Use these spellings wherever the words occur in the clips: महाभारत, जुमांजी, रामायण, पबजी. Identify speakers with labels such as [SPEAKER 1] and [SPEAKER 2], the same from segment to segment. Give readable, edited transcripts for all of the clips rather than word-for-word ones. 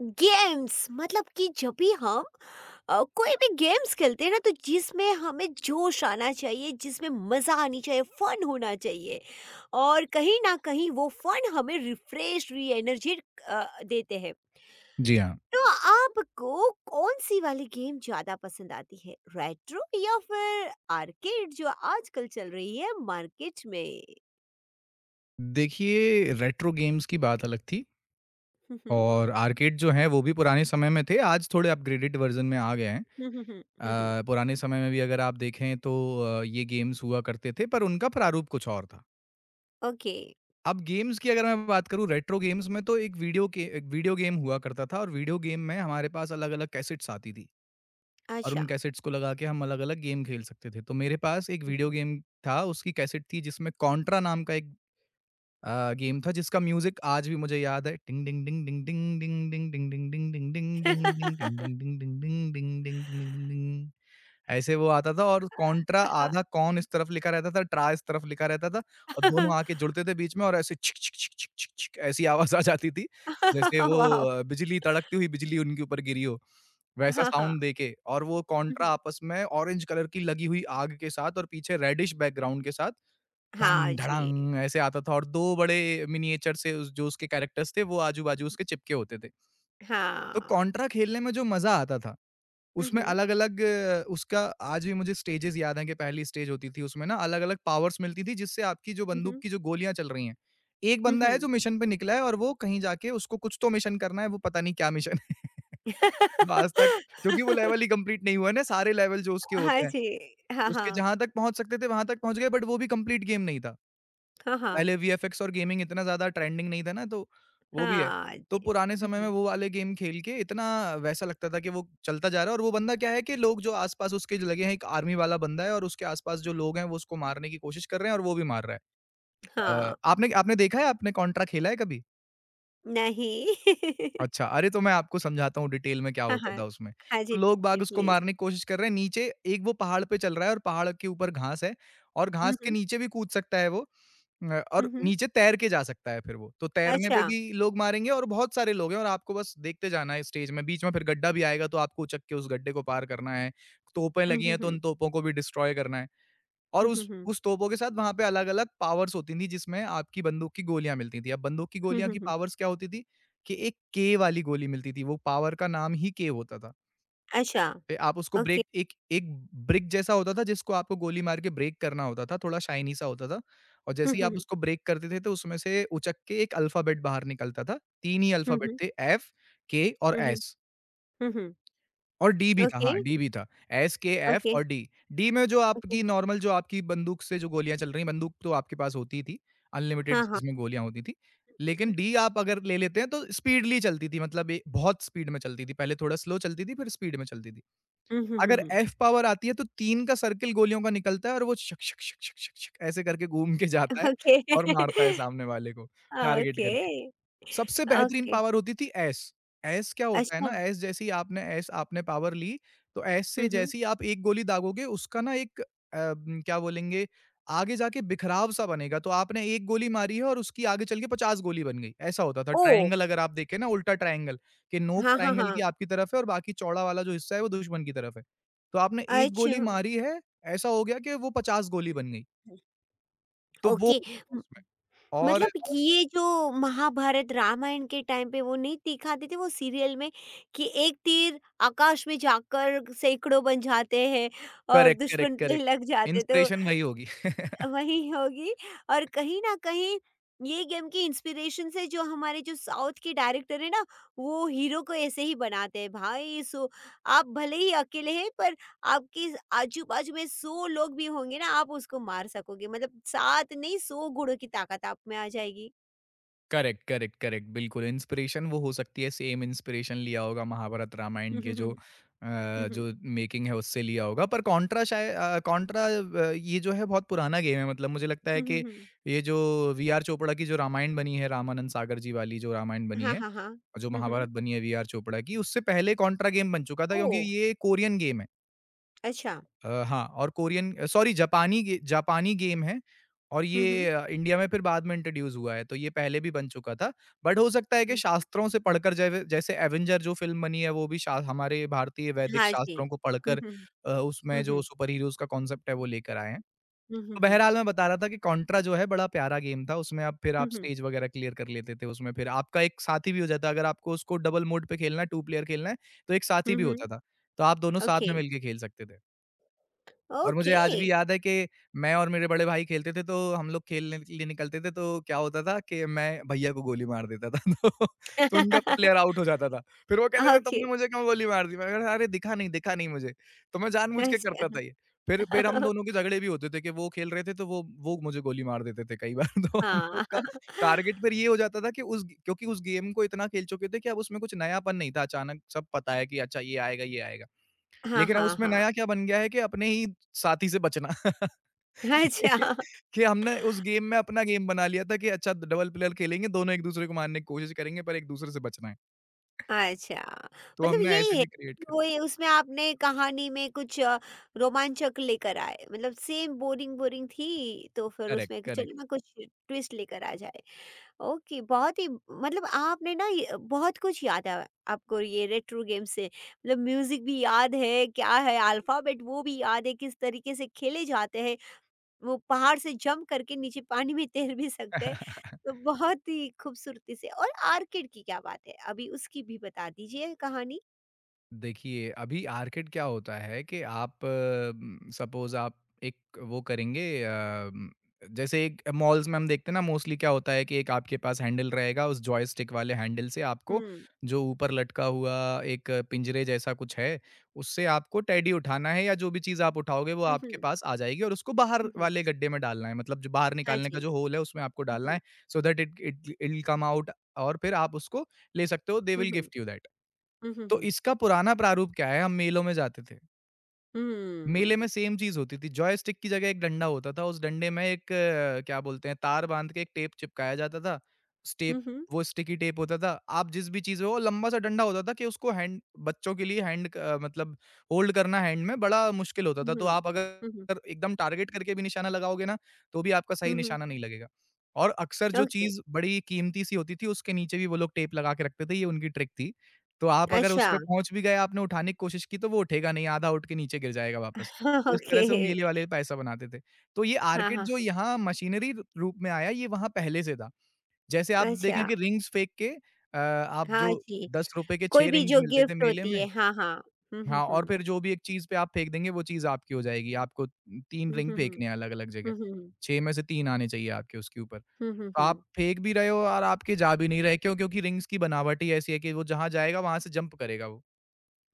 [SPEAKER 1] Games मतलब कि जब भी हम कोई भी games खेलते हैं ना, तो जिसमें हमें जोश आना चाहिए, जिसमें मज़ा आनी चाहिए, फन होना चाहिए और कहीं ना कहीं वो फन हमें रिफ्रेश री एनर्जी देते हैं।
[SPEAKER 2] जी हाँ।
[SPEAKER 1] तो आपको कौन सी वाली गेम ज़्यादा पसंद आती है, रेट्रो या फिर आर्केड जो आजकल चल रही है मार्केट में?
[SPEAKER 2] देखिए, रेट्रो गेम्स की बात अलग थी।
[SPEAKER 1] हम्म,
[SPEAKER 2] और आर्केड जो हैं वो भी पुराने समय में थे, आज थोड़े अपग्रेडेड वर्ज़न में आ गए हैं।
[SPEAKER 1] हम्म, हम्म, हम्म, हम्म,
[SPEAKER 2] पुराने समय में भी अगर आप देखें तो ये गेम्स हुआ करते थे, पर उनका प्रारूप कुछ और था।
[SPEAKER 1] ओके।
[SPEAKER 2] अब गेम्स की अगर मैं बात करूँ, रेट्रो गेम्स में तो एक वीडियो गेम हुआ करता था, और वीडियो गेम में हमारे पास अलग-अलग कैसेट्स आती थी। और
[SPEAKER 1] अच्छा।
[SPEAKER 2] उन कैसेट्स को लगा के हम अलग-अलग गेम खेल सकते थे। तो मेरे पास एक वीडियो
[SPEAKER 1] हम्म,
[SPEAKER 2] गेम था, उसकी कैसेट थी जिसमें कॉन्ट्रा नाम का एक गेम था, जिसका म्यूजिक आज भी मुझे याद है। ऐसे वो आता था, और कंट्रा
[SPEAKER 1] हाँ,
[SPEAKER 2] आधा, कॉन इस तरफ लिखा रहता था, ट्राई इस तरफ लिखा रहता था। और दोनों आके जुड़ते थे बीच में, और ऐसे ऐसी आवाज आ जाती थी, जैसे वो
[SPEAKER 1] वाह।
[SPEAKER 2] बिजली, तड़कती हुई बिजली उनके ऊपर गिरी हो। वैसा
[SPEAKER 1] हाँ, हाँ,
[SPEAKER 2] साउंड देके, और वो
[SPEAKER 1] हुँ,
[SPEAKER 2] कंट्रा
[SPEAKER 1] हुँ।
[SPEAKER 2] आपस में ऑ
[SPEAKER 1] हाँ
[SPEAKER 2] ढंग
[SPEAKER 1] जी,
[SPEAKER 2] ढड़ंग ऐसे आता था। और 2 बड़े मिनिएचर से, उस, जो उसके कैरेक्टर्स थे वो आजू-बाजू उसके चिपके होते थे। तो
[SPEAKER 1] हाँ।
[SPEAKER 2] कॉन्ट्रा खेलने में जो मज़ा आता था,
[SPEAKER 1] हुँ,
[SPEAKER 2] उसमें
[SPEAKER 1] हुँ,
[SPEAKER 2] अलग-अलग, उसका आज भी मुझे स्टेजेज़ याद हैं। कि पहली स्टेज होती थी, उसमें ना अलग-अलग पावर्स मिलती थी, जिससे आपकी जो
[SPEAKER 1] हुँ,
[SPEAKER 2] बंदूक
[SPEAKER 1] हुँ,
[SPEAKER 2] की जो गोलियाँ चल रही हैं, एक
[SPEAKER 1] हुँ,
[SPEAKER 2] बंदा है
[SPEAKER 1] हुँ।
[SPEAKER 2] जो मिशन पे निकला है, और वो कहीं जाके उसको कुछ तो मिशन करना है, वो पता नहीं क्या मिशन है। वो आज तक, क्योंकि वो लेवल ही कंप्लीट नहीं हुआ है ना, सारे लेवल जो उसके
[SPEAKER 1] हाँ
[SPEAKER 2] होते हैं,
[SPEAKER 1] जी, हाँ,
[SPEAKER 2] उसके
[SPEAKER 1] हाँ,
[SPEAKER 2] जहाँ तक पहुँच सकते थे वहाँ तक पहुँच गए, बट वो भी कंप्लीट गेम नहीं था।
[SPEAKER 1] हाँ, हाँ,
[SPEAKER 2] पहले वीएफएक्स और गेमिंग इतना ज़्यादा ट्रेंडिंग नहीं था ना, तो वो भी है।
[SPEAKER 1] हाँ
[SPEAKER 2] तो
[SPEAKER 1] जी।
[SPEAKER 2] पुराने
[SPEAKER 1] हुँ,
[SPEAKER 2] समय में
[SPEAKER 1] हुँ,
[SPEAKER 2] वो वाले गेम खेल के इतना वैसा लगता था कि वो चलता जा रहा है। और वो बंदा क्या है कि लोग जो आस-पास उसके जो लगे हैं, एक आर्मी वाला बंदा है, और उसके आस-पास जो लोग हैं, वो उसको मारने की कोशिश कर रहे हैं, और वो भी मार रहा है।
[SPEAKER 1] हाँ,
[SPEAKER 2] आपने आपने देखा है, आपने कॉन्ट्रा खेला है कभी?
[SPEAKER 1] नहीं।
[SPEAKER 2] अच्छा, अरे! तो मैं आपको समझाता हूँ डिटेल में क्या
[SPEAKER 1] हाँ,
[SPEAKER 2] होता
[SPEAKER 1] हाँ,
[SPEAKER 2] था उसमें।
[SPEAKER 1] हाँ जी,
[SPEAKER 2] तो लोग बाग
[SPEAKER 1] जी
[SPEAKER 2] उसको
[SPEAKER 1] प्लीज़।
[SPEAKER 2] मारने की कोशिश कर रहे हैं, नीचे एक वो पहाड़ पे चल रहा है, और पहाड़ के ऊपर घास है, और
[SPEAKER 1] हुँ,
[SPEAKER 2] घास के
[SPEAKER 1] हुँ,
[SPEAKER 2] नीचे भी कूद सकता है वो। और
[SPEAKER 1] हुँ, हुँ,
[SPEAKER 2] नीचे तैर के जा सकता है फिर वो। तो तैरने पे
[SPEAKER 1] अच्छा।
[SPEAKER 2] भी लोग मारेंगे, और बहुत सारे लोग हैं, और आपको बस देखते जाना है स्टेज में। बीच में फिर गड्ढा भी आएगा, तो आपको उचक के उस गड्ढे को पार करना है। तोपें
[SPEAKER 1] हुँ,
[SPEAKER 2] लगी
[SPEAKER 1] हुँ,
[SPEAKER 2] हैं, तो उन
[SPEAKER 1] हुँ,
[SPEAKER 2] तोपों को भी डिस्ट्रॉय करना है। और
[SPEAKER 1] हुँ, हुँ,
[SPEAKER 2] उस
[SPEAKER 1] हुँ,
[SPEAKER 2] उस तोपों के साथ वहाँ पे अलग-अलग पावर्स होती थी, जिसमें आपकी बंदूक की गोलियाँ मिलती थी। अब बंदूक की
[SPEAKER 1] हुँ,
[SPEAKER 2] गोलियाँ
[SPEAKER 1] हुँ,
[SPEAKER 2] की
[SPEAKER 1] हुँ,
[SPEAKER 2] पावर्स क्या होती थी कि एक के वाली गोली मिलती थी, वो पावर का नाम ही के होता था।
[SPEAKER 1] अच्छा,
[SPEAKER 2] फिर आप उसको
[SPEAKER 1] ओके।
[SPEAKER 2] ब्रेक एक एक ब्रिक जैसा होता था, जिसको आपको गोली मार के ब्रेक करना होता था, थोड़ा शाइनी सा होता था, और
[SPEAKER 1] हुँ,
[SPEAKER 2] जैसे ही
[SPEAKER 1] हुँ,
[SPEAKER 2] आप
[SPEAKER 1] हुँ,
[SPEAKER 2] उसको ब्रेक करते थे तो उसमें से उचक के एक अल्फ़ाबेट बाहर निकलता था। 3 ही अल्फ़ाबेट
[SPEAKER 1] हुँ,
[SPEAKER 2] थे, एफ, के और
[SPEAKER 1] हुँ, हुँ,
[SPEAKER 2] एस।
[SPEAKER 1] हुँ, हुँ,
[SPEAKER 2] और डी भी था,
[SPEAKER 1] ओके,
[SPEAKER 2] हाँ, डी भी था। एस, के, एफ
[SPEAKER 1] ओके,
[SPEAKER 2] और डी। डी में जो
[SPEAKER 1] ओके,
[SPEAKER 2] आपकी नॉर्मल जो आपकी बंदूक से जो गोलियाँ चल रही हैं, बंदूक तो आपके पास होती ही थी, अनलिमिटेड,
[SPEAKER 1] हाँ, हाँ,
[SPEAKER 2] जिसमें गोलियाँ होती थी।
[SPEAKER 1] हुँ,
[SPEAKER 2] लेकिन
[SPEAKER 1] हुँ,
[SPEAKER 2] डी आप अगर ले लेते हैं तो स्पीडली चलती थी, मतलब ए बहुत स्पीड में चलती थी। पहले थोड़ा स्लो चलती थी, फिर स्पीड में चलती थी।
[SPEAKER 1] हुँ, हुँ, हुँ,
[SPEAKER 2] अगर
[SPEAKER 1] हुँ,
[SPEAKER 2] एफ पावर आती है तो 3 का सर्किल गोलियों का निकलता है, और वो शक, शक, शक, शक, शक, शक ऐसे करके घूम के जाता है,
[SPEAKER 1] ओके,
[SPEAKER 2] और मारता है सामने वाले को, टारगेट
[SPEAKER 1] ओके,
[SPEAKER 2] करके। सबसे बेहतरीन
[SPEAKER 1] ओके,
[SPEAKER 2] पावर होती थी ऐस। ऐस क्या होता है
[SPEAKER 1] अच्छा।
[SPEAKER 2] ना, ऐस जैसे ही आपने पावर ली, तो ऐस से
[SPEAKER 1] हुँ, हुँ।
[SPEAKER 2] जैसे ही आप एक गोली दागोगे, उसका ना एक क्या बोलेंगे, आगे जाके बिखराव सा बनेगा। तो आपने 1 गोली मारी है, और उसकी आगे चल के 50 गोली बन गई, ऐसा होता था।
[SPEAKER 1] ओह!
[SPEAKER 2] ट्रायंगल अगर आप देखें ना, उल्टा ट्रायंगल, कि नोक
[SPEAKER 1] हाँ, हाँ,
[SPEAKER 2] ट्रायंगल की
[SPEAKER 1] हाँ।
[SPEAKER 2] आपकी तरफ है और बाकी चौड़ा वाला जो हिस्सा है वो दुश्मन की तरफ है। तो आपने 1
[SPEAKER 1] अच्छा।
[SPEAKER 2] गोली मारी है, ऐसा हो गया कि वो 50 गोली बन गई। तो वो
[SPEAKER 1] ओके। म।
[SPEAKER 2] उसमें
[SPEAKER 1] मतलब
[SPEAKER 2] और
[SPEAKER 1] ये जो महाभारत, रामायण के टाइम पे वो नहीं दिखाते थे वो सीरियल में कि एक तीर आकाश में जाकर सैकड़ों बन जाते हैं और
[SPEAKER 2] करेक्ट, करेक्ट,
[SPEAKER 1] दुश्मन पे
[SPEAKER 2] करेक्ट।
[SPEAKER 1] लग जाते, तो
[SPEAKER 2] इंस्पिरेशन वही होगी।
[SPEAKER 1] वही होगी। और कहीं न कहीं ये गेम की इंस्पिरेशन से जो हमारे जो साउथ के डायरेक्टर है ना, वो हीरो को ऐसे ही बनाते हैं। भाई, सो आप भले ही अकेले हैं, पर आपके आजू-बाजू में 100 लोग भी होंगे ना, आप उसको मार सकोगे। मतलब 7 नहीं, 100 घोड़ों की ताकत आप में आ जाएगी।
[SPEAKER 2] करेक्ट करेक्ट करेक्ट, बिल्कुल इंस्पिरेशन वो हो सकती है। सेम इंस्पिरेशन लिया होगा, महाभारत रामायण
[SPEAKER 1] हुँ,
[SPEAKER 2] के
[SPEAKER 1] हुँ,
[SPEAKER 2] जो
[SPEAKER 1] हुँ। हुँ,
[SPEAKER 2] जो
[SPEAKER 1] हुँ।
[SPEAKER 2] मेकिंग है उससे लिया होगा। पर कॉन्ट्रा, शायद कॉन्ट्रा ये जो है बहुत पुराना गेम है, मतलब मुझे लगता है
[SPEAKER 1] हुँ, हुँ,
[SPEAKER 2] कि
[SPEAKER 1] हुँ।
[SPEAKER 2] ये जो वी आर चोपड़ा की जो रामायण बनी है, रामानंद सागर जी वाली जो रामायण बनी
[SPEAKER 1] हाँ,
[SPEAKER 2] है,
[SPEAKER 1] हाँ, हाँ।
[SPEAKER 2] और जो
[SPEAKER 1] हुँ, हुँ।
[SPEAKER 2] महाभारत बनी है वी आर चोपड़ा की, उससे पहले कॉन्ट्रा गेम बन चुका था, क्योंकि
[SPEAKER 1] ओह!
[SPEAKER 2] ये कोरियन गेम है।
[SPEAKER 1] अच्छा।
[SPEAKER 2] हाँ, और कोरियन, सॉरी, जापानी गेम है। और
[SPEAKER 1] हुँ,
[SPEAKER 2] ये
[SPEAKER 1] हुँ।
[SPEAKER 2] इंडिया में फिर बाद में इंट्रोड्यूस हुआ है, तो ये पहले भी बन चुका था। बट हो सकता है कि
[SPEAKER 1] हुँ।
[SPEAKER 2] शास्त्रों से पढ़कर जैव जैसे एवेंजर जो फ़िल्म बनी है, वो भी शा हमारे भारतीय वैदिक
[SPEAKER 1] हाँ जी।
[SPEAKER 2] शास्त्रों को
[SPEAKER 1] हुँ,
[SPEAKER 2] पढ़कर
[SPEAKER 1] हुँ।
[SPEAKER 2] उसमें
[SPEAKER 1] हुँ,
[SPEAKER 2] जो
[SPEAKER 1] हुँ।
[SPEAKER 2] सुपर हीरोज़ का कॉन्सेप्ट है, वो लेकर आए हैं।
[SPEAKER 1] हुँ, हुँ,
[SPEAKER 2] तो
[SPEAKER 1] हुँ।
[SPEAKER 2] बहरहाल मैं बता रहा था कि कॉन्ट्रा जो है बड़ा प्यारा गेम था, उसमें आप फिर
[SPEAKER 1] हुँ,
[SPEAKER 2] आप
[SPEAKER 1] हुँ।
[SPEAKER 2] स्टेज वगैरह क्लियर कर लेते थे, उसमें फिर आपका एक साथी भी हो जाता है, अगर आपको उसको डबल मोड पे खेलना है, 2 प्लेयर खेलना है, तो एक साथी
[SPEAKER 1] हुँ,
[SPEAKER 2] भी
[SPEAKER 1] हुँ।
[SPEAKER 2] होता था। तो आप दोनों साथ
[SPEAKER 1] ओके।
[SPEAKER 2] में मिलके खेल सकते थे। और मुझे
[SPEAKER 1] ओके।
[SPEAKER 2] आज भी याद है कि मैं और मेरे बड़े भाई खेलते थे, तो हम लोग खेलने के लिए निकलते थे तो क्या होता था कि मैं भैया को गोली मार देता था। तो तो उनका प्लेयर आउट हो जाता था। फिर वो कहते थे,
[SPEAKER 1] ओके।
[SPEAKER 2] तुमने मुझे क्यों गोली मार दी? मैंने कहा, अरे दिखा नहीं मुझे। तो मैं जानबूझ के करता था ये।
[SPEAKER 1] अच्छा।
[SPEAKER 2] फिर हम दोनों के झगड़े भी होते थे कि वो खेल रहे थे तो वो मुझे गोली मार देते थे कई बार। तो हम लोग
[SPEAKER 1] हाँ,
[SPEAKER 2] का टारगेट फिर ये हो जाता था कि उस क्योंकि उस गेम को इतना खेल चुके थे कि अब उसमें कुछ नयापन नहीं था। अचानक सब पता है कि अच्छा ये आएगा, ये आएगा।
[SPEAKER 1] हाँ,
[SPEAKER 2] लेकिन अब
[SPEAKER 1] हाँ,
[SPEAKER 2] उसमें
[SPEAKER 1] हाँ।
[SPEAKER 2] नया क्या बन गया है कि अपने ही साथी से बचना।
[SPEAKER 1] अच्छा।
[SPEAKER 2] कि कि हमने उस गेम में अपना गेम बना लिया था, कि अच्छा डबल प्लेयर खेलेंगे, दोनों एक-दूसरे को मारने की कोशिश करेंगे पर एक-दूसरे से बचना है।
[SPEAKER 1] अच्छा,
[SPEAKER 2] तो
[SPEAKER 1] मतलब
[SPEAKER 2] हमने ऐसे
[SPEAKER 1] यही है
[SPEAKER 2] भी क्रिएट
[SPEAKER 1] कि
[SPEAKER 2] कर
[SPEAKER 1] वो ये उसमें आपने कहानी में कुछ रोमांचक लेकर आए। मतलब सेम बोरिंग बोरिंग थी तो फिर
[SPEAKER 2] करेक्ट,
[SPEAKER 1] उसमें कि
[SPEAKER 2] करेक्ट।
[SPEAKER 1] चलो ना कुछ ट्विस्ट लेकर आ जाए। ओके, बहुत ही, मतलब आपने ना ये बहुत कुछ याद है आपको, ये रेट्रो गेम से, मतलब म्यूजिक भी याद है, क्या है अल्फाबेट वो भी याद है, किस तरीके से खेले जाते हैं, वो पहाड़ से जंप करके नीचे पानी में तैर भी सकते हैं। तो बहुत ही खूबसूरती से। और आर्किड की क्या बात है, अभी उसकी भी बता दीजिए कहानी?
[SPEAKER 2] देखिए, अभी आर्केड क्या होता है कि आप सपोज़ आप एक वो करेंगे, जैसे एक मॉल्स में हम देखते हैं ना, मोस्टली क्या होता है कि एक आपके पास हैंडल रहेगा, उस जॉयस्टिक वाले हैंडल से आपको
[SPEAKER 1] हुँ।
[SPEAKER 2] जो ऊपर लटका हुआ एक पिंजरे जैसा कुछ है, उससे आपको टेडी उठाना है, या जो भी चीज़ आप उठाओगे वो
[SPEAKER 1] हुँ,
[SPEAKER 2] आपके
[SPEAKER 1] हुँ।
[SPEAKER 2] पास आ जाएगी, और उसको बाहर
[SPEAKER 1] हुँ, हुँ।
[SPEAKER 2] वाले गड्ढे में डालना है। मतलब जो बाहर
[SPEAKER 1] हाँ
[SPEAKER 2] निकालने का
[SPEAKER 1] जी।
[SPEAKER 2] जो होल है उसमें आपको
[SPEAKER 1] हुँ,
[SPEAKER 2] डालना
[SPEAKER 1] हुँ।
[SPEAKER 2] है, so that it it it will come out. और फिर आप उसको ले सकते हो, they
[SPEAKER 1] hmm,
[SPEAKER 2] will
[SPEAKER 1] hmm.
[SPEAKER 2] Gift you that.
[SPEAKER 1] हुँ, हुँ,
[SPEAKER 2] तो
[SPEAKER 1] हुँ।
[SPEAKER 2] इसका पुराना प्रारूप क्या है, हम मेलों में जाते थे। मेले में
[SPEAKER 1] हुँ।
[SPEAKER 2] सेम चीज़ होती थी, जॉयस्टिक की जगह एक डंडा होता था, उस डंडे में एक क्या बोलते हैं, तार बाँध के एक टेप चिपकाया जाता था। उस टेप
[SPEAKER 1] हुँ, हुँ।
[SPEAKER 2] वो स्टिकी टेप होता था, आप जिस भी चीज़ में, वो लंबा सा डंडा होता था कि उसको हैंड बच्चों के लिए हैंड क मतलब होल्ड करना हैंड में बड़ा मुश्किल होता था, तो
[SPEAKER 1] हुँ।
[SPEAKER 2] आप
[SPEAKER 1] हुँ, हुँ।
[SPEAKER 2] अगर एकदम टारगेट करके भी निशाना लगाओगे ना, तो भी आपका सही
[SPEAKER 1] हुँ, हुँ।
[SPEAKER 2] निशाना नहीं लगेगा। और अक्सर जो
[SPEAKER 1] ओके।
[SPEAKER 2] चीज़ बड़ी कीमती सी होती थी, उसके नीचे भी वो लोग टेप लगा के रखते थे, ये उनकी ट्रिक थी। तो आप अगर उस
[SPEAKER 1] अच्छा।
[SPEAKER 2] पे पहुँच भी गए, आपने उठाने की कोशिश की, तो वो उठेगा नहीं, आधा उठ के नीचे गिर जाएगा वापस।
[SPEAKER 1] हाँ,
[SPEAKER 2] तो इस तरह
[SPEAKER 1] ओके।
[SPEAKER 2] से वो मेले वाले पैसा बनाते थे। तो ये
[SPEAKER 1] हाँ,
[SPEAKER 2] आर्किड
[SPEAKER 1] हाँ।
[SPEAKER 2] जो यहाँ मशीनरी र रूप में आया, ये वहाँ पहले से था। जैसे आप
[SPEAKER 1] हाँ,
[SPEAKER 2] देखें
[SPEAKER 1] अच्छा।
[SPEAKER 2] कि रिंग्स फेंक के, आप
[SPEAKER 1] हाँ
[SPEAKER 2] जो
[SPEAKER 1] जी,
[SPEAKER 2] ₹10 के
[SPEAKER 1] कोई
[SPEAKER 2] 6
[SPEAKER 1] भी
[SPEAKER 2] रिंग्स
[SPEAKER 1] जो
[SPEAKER 2] मिलते थे
[SPEAKER 1] गिफ्ट
[SPEAKER 2] मेले
[SPEAKER 1] होती
[SPEAKER 2] में।
[SPEAKER 1] है। हाँ, हाँ। हुँ, हुँ,
[SPEAKER 2] हाँ, और
[SPEAKER 1] हुँ।
[SPEAKER 2] फिर जो भी एक चीज़ पे आप फेंक देंगे, वो चीज़ आपकी हो जाएगी। आपको 3
[SPEAKER 1] हुँ,
[SPEAKER 2] रिंग
[SPEAKER 1] हुँ, हुँ।
[SPEAKER 2] फेंकने हैं अलग-अलग जगह।
[SPEAKER 1] हुँ, हुँ, हुँ।
[SPEAKER 2] 6 में से 3 आने चाहिए आपके उसके ऊपर।
[SPEAKER 1] हुँ, हुँ,
[SPEAKER 2] तो आप
[SPEAKER 1] हुँ।
[SPEAKER 2] फेंक भी रहे हो और आपके जा भी नहीं रहे। क्यों? क्योंकि रिंग्स की बनावट ही ऐसी है कि वो जहाँ जाएगा, वहाँ से जंप करेगा वो।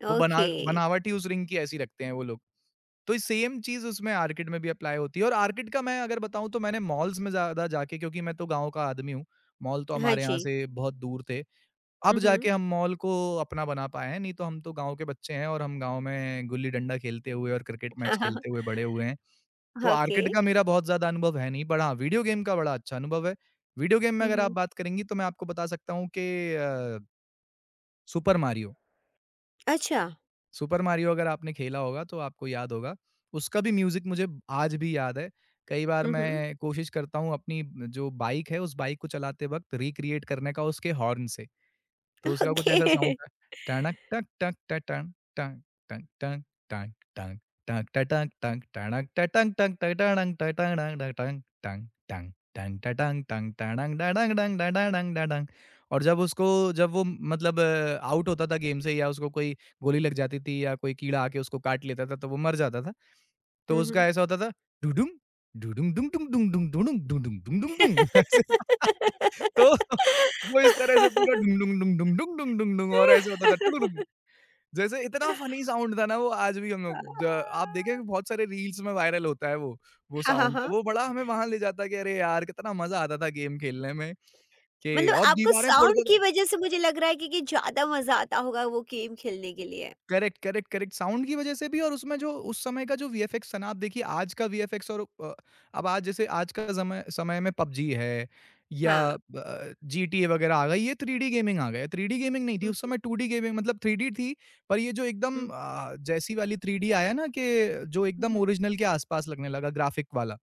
[SPEAKER 2] वो बना
[SPEAKER 1] ओके।
[SPEAKER 2] बनावट ही उस रिंग की ऐसी रखते हैं वो लोग। तो सेम चीज़ उसमें आर्किड में भी अप्लाई होती है, और आर्किड का मैं अगर बताऊँ तो मैंने मॉल्स में ज़्यादा जाके, क्योंकि मैं तो गाँव का आदमी हूँ, मॉल तो
[SPEAKER 1] हाँ
[SPEAKER 2] हमारे यहाँ
[SPEAKER 1] जी।
[SPEAKER 2] से बहुत दूर थे।
[SPEAKER 1] हुँ,
[SPEAKER 2] अब जाके
[SPEAKER 1] हुँ।
[SPEAKER 2] हम मॉल को अपना बना पाए हैं, नहीं तो हम तो गाँव के बच्चे हैं और हम गाँव में गुल्ली-डंडा खेलते हुए और क्रिकेट मैच खेलते हुए बड़े हुए हैं। तो
[SPEAKER 1] ओके।
[SPEAKER 2] आर्किड का मेरा बहुत ज़्यादा अनुभव है नहीं, पर हाँ, वीडियो गेम का बड़ा अच्छा अनुभव है। वीडियो गेम में
[SPEAKER 1] हुँ,
[SPEAKER 2] अगर आप
[SPEAKER 1] हुँ।
[SPEAKER 2] बात करेंगी तो मैं आपको बता सकता हूँ कि सुपर मारियो।
[SPEAKER 1] अच्छा।
[SPEAKER 2] सुपर मारियो अगर आपने खेला होगा तो आपको याद होगा। उसका भी म्यूज़िक मुझे आज भी याद है। कई बार
[SPEAKER 1] हुँ, हुँ।
[SPEAKER 2] मैं कोशिश करता हूँ अपनी जो बाइक है उस बाइक को चलाते वक़्त रिक्रिएट करने का उसके हॉर्न से। तो उसका कुछ
[SPEAKER 1] ओके।
[SPEAKER 2] ऐसा साउंड था: टणक टक टक ट टन टन टन टन टन टन टक ट टक टक टणक ट टक टक ट टणक ट टणक ट टंक टंक टंक टंक ट टंक टंक टणक ड डंक डंक ड ड डंक ड डंक। और जब वो मतलब आउट होता था गेम से, या उसको कोई गोली लग जाती थी या कोई कीड़ा आके उसको काट लेता था, तो वो मर जाता था। तो
[SPEAKER 1] हुँ,
[SPEAKER 2] उसका
[SPEAKER 1] हुँ।
[SPEAKER 2] ऐसा होता था: डुडुम डुडुम डुम डुम डुम डुम डुडुम डुडुम डुम डुम डुम ऐसे तो वो इस तरह से पूरा डुम डुम डुम डुम डुम डुम डुम डुम और ऐसे होता था टुडुडुम। जैसे इतना फनी साउंड था ना वो, आज भी हम लोग ज आप देखेंगे बहुत सारे रील्स में वायरल होता है वो। वो
[SPEAKER 1] हाँ, हाँ,
[SPEAKER 2] साउंड तो
[SPEAKER 1] हाँ।
[SPEAKER 2] वो बड़ा हमें वहाँ ले जाता है कि अरे यार! कितना मज़ा आता था गेम खेलने में, कि
[SPEAKER 1] मतलब
[SPEAKER 2] और
[SPEAKER 1] आपको
[SPEAKER 2] दीवारें
[SPEAKER 1] साउंड
[SPEAKER 2] फोड़ते थे।
[SPEAKER 1] की वज़ह से मुझे लग रहा है कि ज़्यादा मज़ा आता होगा वो गेम खेलने के लिए।
[SPEAKER 2] Correct, correct, correct. साउंड की वजह से भी, और उसमें जो उस समय का जो वीएफएक्स था ना, आप देखिए आज का वीएफएक्स और अब आज जैसे, आज का समय समय में पबजी है या
[SPEAKER 1] हाँ।
[SPEAKER 2] ब जीटीए वगैरह आ गई, ये 3D गेमिंग आ गया। 3D गेमिंग नहीं थी,
[SPEAKER 1] हुँ,
[SPEAKER 2] उस
[SPEAKER 1] हुँ,
[SPEAKER 2] समय 2D गेमिंग, मतलब 3D थी, पर ये जो एकदम
[SPEAKER 1] हुँ,
[SPEAKER 2] जैसी वाली 3D आया ना, कि जो
[SPEAKER 1] हुँ,
[SPEAKER 2] एकदम
[SPEAKER 1] हुँ,
[SPEAKER 2] ओरिजिनल के आस-पास लगने लगा ग्राफिक वाला।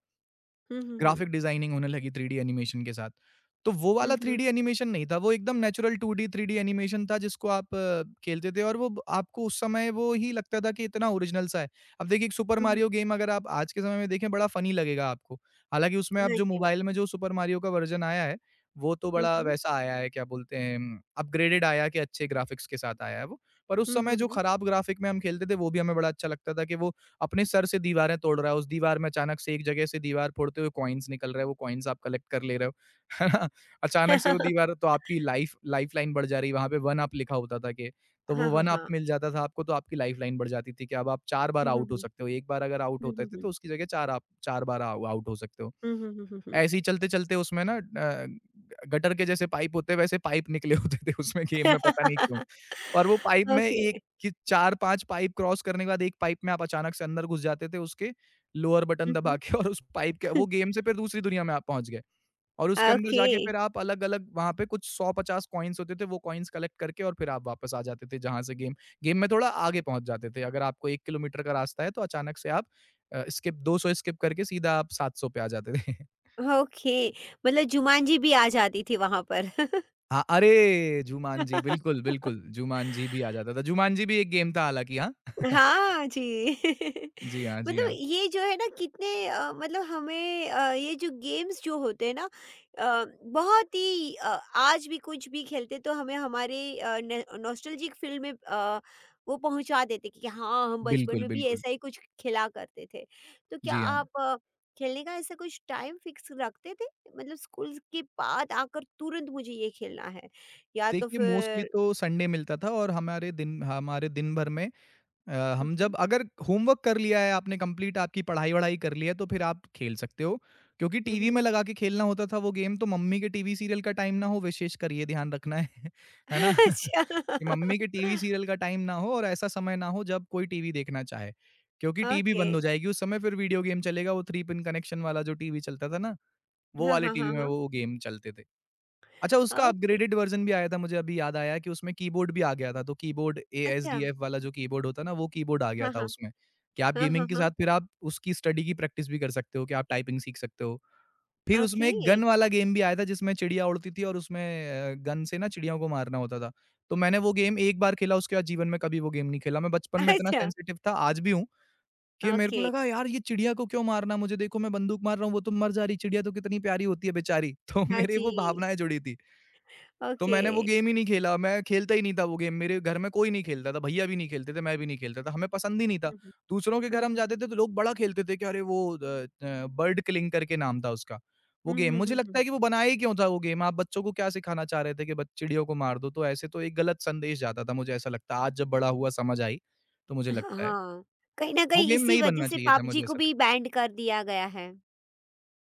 [SPEAKER 1] हुँ, हुँ,
[SPEAKER 2] ग्राफिक
[SPEAKER 1] हुँ,
[SPEAKER 2] डिजाइनिंग होने लगी 3D एनिमेशन के साथ। तो वो वाला
[SPEAKER 1] हुँ,
[SPEAKER 2] 3D एनिमेशन नहीं था, वो एकदम नेचुरल 2D, 3D एनिमेशन था जिसको आप खेलते थे, और वो ब आपको उस समय वो ही लगता था कि इतना ओरिजिनल सा है। अब देखिए, एक super
[SPEAKER 1] hmm, hmm,
[SPEAKER 2] Mario game अगर आप आज के समय में देखें, बड़ा फनी लगेगा आपको। हालाँकि उसमें अब
[SPEAKER 1] हाँ
[SPEAKER 2] जो
[SPEAKER 1] जी।
[SPEAKER 2] मोबाइल में जो सुपर मारियो का वर्ज़न आया है, वो तो
[SPEAKER 1] हुँ,
[SPEAKER 2] बड़ा
[SPEAKER 1] हुँ,
[SPEAKER 2] वैसा आया है, क्या बोलते हैं, अपग्रेडेड आया, कि अच्छे ग्राफिक्स के साथ आया है वो। पर उस
[SPEAKER 1] हुँ,
[SPEAKER 2] समय
[SPEAKER 1] हुँ,
[SPEAKER 2] जो
[SPEAKER 1] हुँ।
[SPEAKER 2] खराब ग्राफिक में हम खेलते थे वो भी हमें बड़ा अच्छा लगता था, कि वो अपने सर से दीवारें तोड़ रहा है, उस दीवार में अचानक से एक जगह से दीवार फोड़ते हुए कॉइन्स निकल रहे हैं, वो कॉइन्स आप कलेक्ट कर ले रहे हो, है ना? अचानक से वो दीवार, तो आपकी लाइफ़लाइन बढ़ जा रही है, वहाँ पे 1 अप लिखा होता था कि, तो
[SPEAKER 1] हाँ,
[SPEAKER 2] वो
[SPEAKER 1] हाँ,
[SPEAKER 2] 1 अप
[SPEAKER 1] हाँ।
[SPEAKER 2] मिल जाता था आपको, तो आपकी लाइफ़लाइन बढ़ जाती थी, कि अब आप 4 बार
[SPEAKER 1] हुँ, हुँ,
[SPEAKER 2] आउट हो
[SPEAKER 1] हुँ,
[SPEAKER 2] सकते हो। 1 बार अगर आउट
[SPEAKER 1] हुँ,
[SPEAKER 2] होते
[SPEAKER 1] हुँ,
[SPEAKER 2] थे
[SPEAKER 1] हुँ,
[SPEAKER 2] तो उसकी जगह 4, आप 4 बार आउ आउट हो सकते हो।
[SPEAKER 1] हुँ, हुँ, हुँ, हुँ, हुँ।
[SPEAKER 2] ऐसे ही चलते-चलते उसमें ना गटर के जैसे पाइप होते हैं, वैसे पाइप निकले होते थे उसमें गेम में, पता नहीं क्यों। और वो पाइप में
[SPEAKER 1] ओके।
[SPEAKER 2] एक, कि 4-5 पाइप क्रॉस करने के बाद एक पाइप में आप अचानक से अंदर घुस जाते थे, उसके लोअर बटन
[SPEAKER 1] हुँ,
[SPEAKER 2] दबा
[SPEAKER 1] हुँ।
[SPEAKER 2] के और उस पाइप के वो गेम से फिर दूसरी दुनिया में आप पहुँच गए। और उसके अंदर
[SPEAKER 1] ओके।
[SPEAKER 2] जाके फिर आप अलग-अलग वहाँ पे कुछ 100-50 कॉइन्स होते थे, वो कॉइन्स कलेक्ट करके और फिर आप वापस आ जाते थे, जहाँ से गेम गेम में थोड़ा आगे पहुँच जाते थे। अगर आपको 1 किलोमीटर का रास्ता है तो अचानक से आप स्किप 200 स्किप करके सीधा आप 700 पे आ जाते थे।
[SPEAKER 1] ओके, मतलब जुमांजी भी आ जाती थी वहाँ पर।
[SPEAKER 2] हाँ, अरे! जुमांजी बिल्कुल, बिल्कुल, जुमांजी भी आ जाता था। जुमांजी भी एक गेम था हालाँकि, हाँ।
[SPEAKER 1] हाँ जी।
[SPEAKER 2] जी हाँ, जी
[SPEAKER 1] मतलब
[SPEAKER 2] हाँ।
[SPEAKER 1] ये जो है ना, कितने मतलब हमें, ये जो गेम्स जो होते हैं ना, अ, बहुत ही, आज भी कुछ भी खेलते तो हमें हमारे नॉस्टैल्जिक फील्ड में, वो पहुंचा देते कि हाँ, हम बचपन
[SPEAKER 2] बिल्कुल,
[SPEAKER 1] में भी
[SPEAKER 2] बिल्कुल।
[SPEAKER 1] ऐसा ही कुछ खेला करते थे। तो क्या
[SPEAKER 2] जी हाँ।
[SPEAKER 1] आप खेलने का ऐसा कुछ टाइम फिक्स रखते थे? मतलब स्कूल के बाद आकर तुरंत मुझे ये खेलना है, या तो
[SPEAKER 2] देखिए, मोस्टली
[SPEAKER 1] फिर
[SPEAKER 2] तो संडे मिलता था, और हमारे दिन भर में हम,
[SPEAKER 1] हम्म,
[SPEAKER 2] जब अगर होमवर्क कर लिया है आपने, कंप्लीट आपकी पढ़ाई-वढ़ाई कर ली है, तो फिर आप खेल सकते हो। क्योंकि
[SPEAKER 1] हम्म,
[SPEAKER 2] टीवी में
[SPEAKER 1] हम्म।
[SPEAKER 2] लगा के खेलना होता था वो गेम, तो मम्मी के टीवी सीरियल का टाइम ना हो, विशेषकर ये ध्यान रखना है। है ना?
[SPEAKER 1] अच्छा।
[SPEAKER 2] कि मम्मी के टीवी सीरियल का टाइम ना हो और ऐसा समय ना हो जब कोई टीवी देखना चाहे, क्योंकि टीवी
[SPEAKER 1] ओके।
[SPEAKER 2] बंद हो जाएगी उस समय, फिर वीडियो गेम चलेगा। वो 3 पिन कनेक्शन वाला जो टीवी चलता था ना, वो
[SPEAKER 1] हाँ,
[SPEAKER 2] वाले
[SPEAKER 1] हाँ,
[SPEAKER 2] टीवी में
[SPEAKER 1] हाँ,
[SPEAKER 2] वो गेम चलते थे। अच्छा, उसका
[SPEAKER 1] हाँ। ओके।
[SPEAKER 2] अपग्रेडेड वर्ज़न भी आया था, मुझे अभी याद आया, कि उसमें कीबोर्ड भी आ गया था, तो कीबोर्ड
[SPEAKER 1] अच्छा।
[SPEAKER 2] ASDF वाला जो कीबोर्ड होता है ना, वो कीबोर्ड आ गया
[SPEAKER 1] हाँ,
[SPEAKER 2] था
[SPEAKER 1] हाँ।
[SPEAKER 2] उसमें, कि आप
[SPEAKER 1] हाँ, हाँ,
[SPEAKER 2] गेमिंग के
[SPEAKER 1] हाँ।
[SPEAKER 2] साथ फिर आप उसकी स्टडी की प्रैक्टिस भी कर सकते हो, कि आप टाइपिंग सीख सकते हो। फिर उसमें
[SPEAKER 1] ओके।
[SPEAKER 2] एक गन वाला गेम भी आया था, जिसमें चिड़िया उड़ती थी और उसमें गन से ना चिड़ियों को मारना होता था। तो मैंने वो गेम एक बार खेला, उसके बाद जीवन में कभी वो गेम नहीं खेला। मैं बचपन में इतना
[SPEAKER 1] अच्छा,
[SPEAKER 2] सेंसिटिव था, आज भी हूँ, कि मेरे को
[SPEAKER 1] ओके।
[SPEAKER 2] लगा, यार ये चिड़िया को क्यों मारना, मुझे देखो मैं बंदूक मार रहा हूँ, वो तो मर जा रही, चिड़िया तो कितनी प्यारी होती है बेचारी। तो
[SPEAKER 1] हाँ
[SPEAKER 2] मेरे वो
[SPEAKER 1] जी,
[SPEAKER 2] भावनाएँ जुड़ी थी। तो
[SPEAKER 1] ओके।
[SPEAKER 2] मैंने वो गेम ही नहीं खेला, मैं खेलता ही नहीं था वो गेम, मेरे घर में कोई नहीं खेलता था, भैया भी नहीं खेलते थे, मैं भी नहीं खेलता था, हमें पसंद ही नहीं था।
[SPEAKER 1] हुँ, हुँ।
[SPEAKER 2] दूसरों के
[SPEAKER 1] हुँ,
[SPEAKER 2] घर हम
[SPEAKER 1] हुँ, हुँ।
[SPEAKER 2] जाते थे तो लोग बड़ा खेलते थे कि अरे वो बर्ड किलिंग करके नाम था उसका, वो
[SPEAKER 1] हुँ,
[SPEAKER 2] गेम।
[SPEAKER 1] हुँ,
[SPEAKER 2] मुझे
[SPEAKER 1] हुँ, हुँ,
[SPEAKER 2] लगता है
[SPEAKER 1] हुँ।
[SPEAKER 2] कि वो बनाया ही क्यों था वो गेम? आप बच्चों को क्या सिखाना चाह रहे थे कि बच चिड़ियों को मार दो? तो ऐसे तो एक गलत संदेश जाता था, मुझे ऐसा लगता है। आज जब बड़ा हुआ, समझ आई, तो मुझे लगता है।
[SPEAKER 1] हाँ, कहीं न
[SPEAKER 2] वो
[SPEAKER 1] कहीं
[SPEAKER 2] गेम
[SPEAKER 1] इसी
[SPEAKER 2] नहीं
[SPEAKER 1] वजह
[SPEAKER 2] बनना
[SPEAKER 1] से
[SPEAKER 2] चाहिए था, मुझे
[SPEAKER 1] पबजी को
[SPEAKER 2] ऐसा
[SPEAKER 1] भी
[SPEAKER 2] लगता है।
[SPEAKER 1] बैन्ड कर दिया गया है।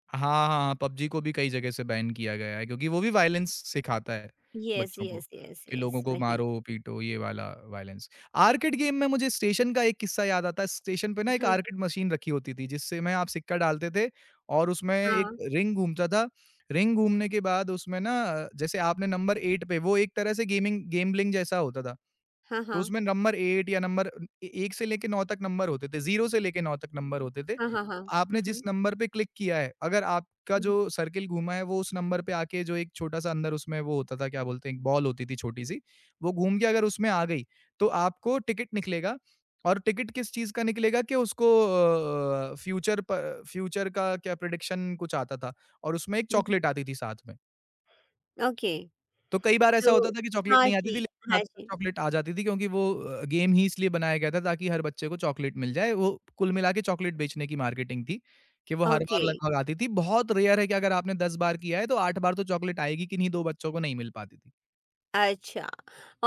[SPEAKER 2] हाँ, हाँ, हाँ, पबजी को भी कई जगह से बैन किया गया है, क्योंकि वो भी वायलेंस सिखाता है
[SPEAKER 1] येस,
[SPEAKER 2] बच्चों को,
[SPEAKER 1] येस, येस,
[SPEAKER 2] कि
[SPEAKER 1] येस,
[SPEAKER 2] लोगों को
[SPEAKER 1] वही।
[SPEAKER 2] मारो, पीटो, ये वाला वायलेंस। आर्केड गेम में मुझे स्टेशन का एक किस्सा याद आता है, स्टेशन पे ना एक
[SPEAKER 1] हाँ जी,
[SPEAKER 2] आर्केड मशीन रखी होती थी, जिससे में आप सिक्का डालते थे और उसमें एक
[SPEAKER 1] हाँ।
[SPEAKER 2] रिंग घूमता था। रिंग घूमने के बाद उसमें ना, जैसे आपने नंबर 8 पे, वो एक तरह से गेमिंग गैम्बलिंग जैसा होता था।
[SPEAKER 1] हाँ,
[SPEAKER 2] तो
[SPEAKER 1] हाँ।
[SPEAKER 2] उसमें नंबर 8 या नंबर ए 1 से लेके 9 तक नंबर होते थे, 0 से लेके 9 तक नंबर होते थे।
[SPEAKER 1] हाँ, हाँ, हाँ।
[SPEAKER 2] आपने
[SPEAKER 1] हुँ,
[SPEAKER 2] जिस
[SPEAKER 1] हुँ।
[SPEAKER 2] नंबर पे क्लिक किया है, अगर आपका
[SPEAKER 1] हुँ,
[SPEAKER 2] जो
[SPEAKER 1] हुँ।
[SPEAKER 2] सर्किल घूमा है वो उस नंबर पे आके जो एक छोटा-सा अंदर उसमें वो होता था, क्या बोलते हैं, एक बॉल होती थी छोटी-सी, वो घूम के अगर उसमें आ गई, तो आपको टिकट निकलेगा, और टिकट किस चीज़ का निकलेगा कि उसको अ, फ्यूचर प फ्यूचर का क्या प्रेडिक्शन कुछ आता था, और उसमें एक
[SPEAKER 1] हुँ, हुँ।
[SPEAKER 2] चॉकलेट आती थी साथ में।
[SPEAKER 1] ओके,
[SPEAKER 2] तो कई बार ऐसा
[SPEAKER 1] तो
[SPEAKER 2] होता था कि चॉकलेट
[SPEAKER 1] हाँ
[SPEAKER 2] नहीं आती थी,
[SPEAKER 1] जी,
[SPEAKER 2] लेकिन
[SPEAKER 1] हाँ
[SPEAKER 2] ज़्यादातर
[SPEAKER 1] जी।
[SPEAKER 2] चॉकलेट आ जाती थी, क्योंकि वो गेम ही इसलिए बनाया गया था ताकि हर बच्चे को चॉकलेट मिल जाए। वो कुल मिला के चॉकलेट बेचने की मार्केटिंग थी, कि वो हर
[SPEAKER 1] ओके,
[SPEAKER 2] बार लगभग आती थी। बहुत रेयर है कि अगर आपने 10 बार किया है तो 8 बार तो चॉकलेट आएगी, किन्हीं 2 बच्चों को नहीं मिल पाती थी।
[SPEAKER 1] अच्छा।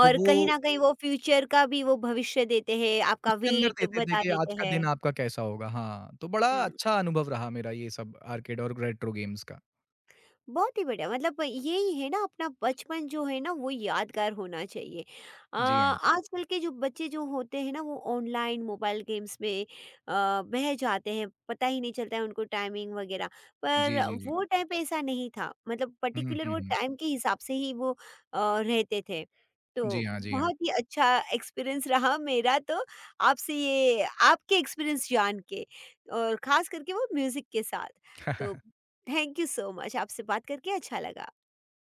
[SPEAKER 2] तो वो
[SPEAKER 1] कहीं न कहीं वो फ्यूचर का भी वो भविष्य देते हैं, आपका
[SPEAKER 2] उसके अंदर
[SPEAKER 1] वेट
[SPEAKER 2] देते थे
[SPEAKER 1] बता
[SPEAKER 2] कि
[SPEAKER 1] देते
[SPEAKER 2] आज का दिन
[SPEAKER 1] हैं।
[SPEAKER 2] आपका कैसा होगा? हाँ, तो बड़ा
[SPEAKER 1] हुँ।
[SPEAKER 2] अच्छा अनुभव रहा मेरा ये सब आर्केड और रेट्रो गेम्स का।
[SPEAKER 1] बहुत ही बढ़िया। मतलब यही है ना, अपना बचपन जो है ना वो यादगार होना चाहिए।
[SPEAKER 2] जी हाँ।
[SPEAKER 1] आजकल के जो बच्चे जो होते हैं ना, वो ऑनलाइन मोबाइल गेम्स में बह जाते हैं, पता ही नहीं चलता है उनको टाइमिंग वगैरह।
[SPEAKER 2] जी,
[SPEAKER 1] पर
[SPEAKER 2] जी, जी।
[SPEAKER 1] वो टाइम पे ऐसा नहीं था, मतलब
[SPEAKER 2] हुँ,
[SPEAKER 1] पर्टिकुलर
[SPEAKER 2] हुँ,
[SPEAKER 1] वो
[SPEAKER 2] हुँ।
[SPEAKER 1] टाइम के हिसाब से ही वो रहते थे। तो
[SPEAKER 2] जी हाँ, जी हाँ।
[SPEAKER 1] बहुत ही अच्छा एक्सपीरियंस रहा मेरा, तो आपसे ये आपके एक्सपीरियंस जान के, और खास करके वो म्यूजिक के साथ। तो थैंक यू सो मच, आपसे बात करके अच्छा लगा।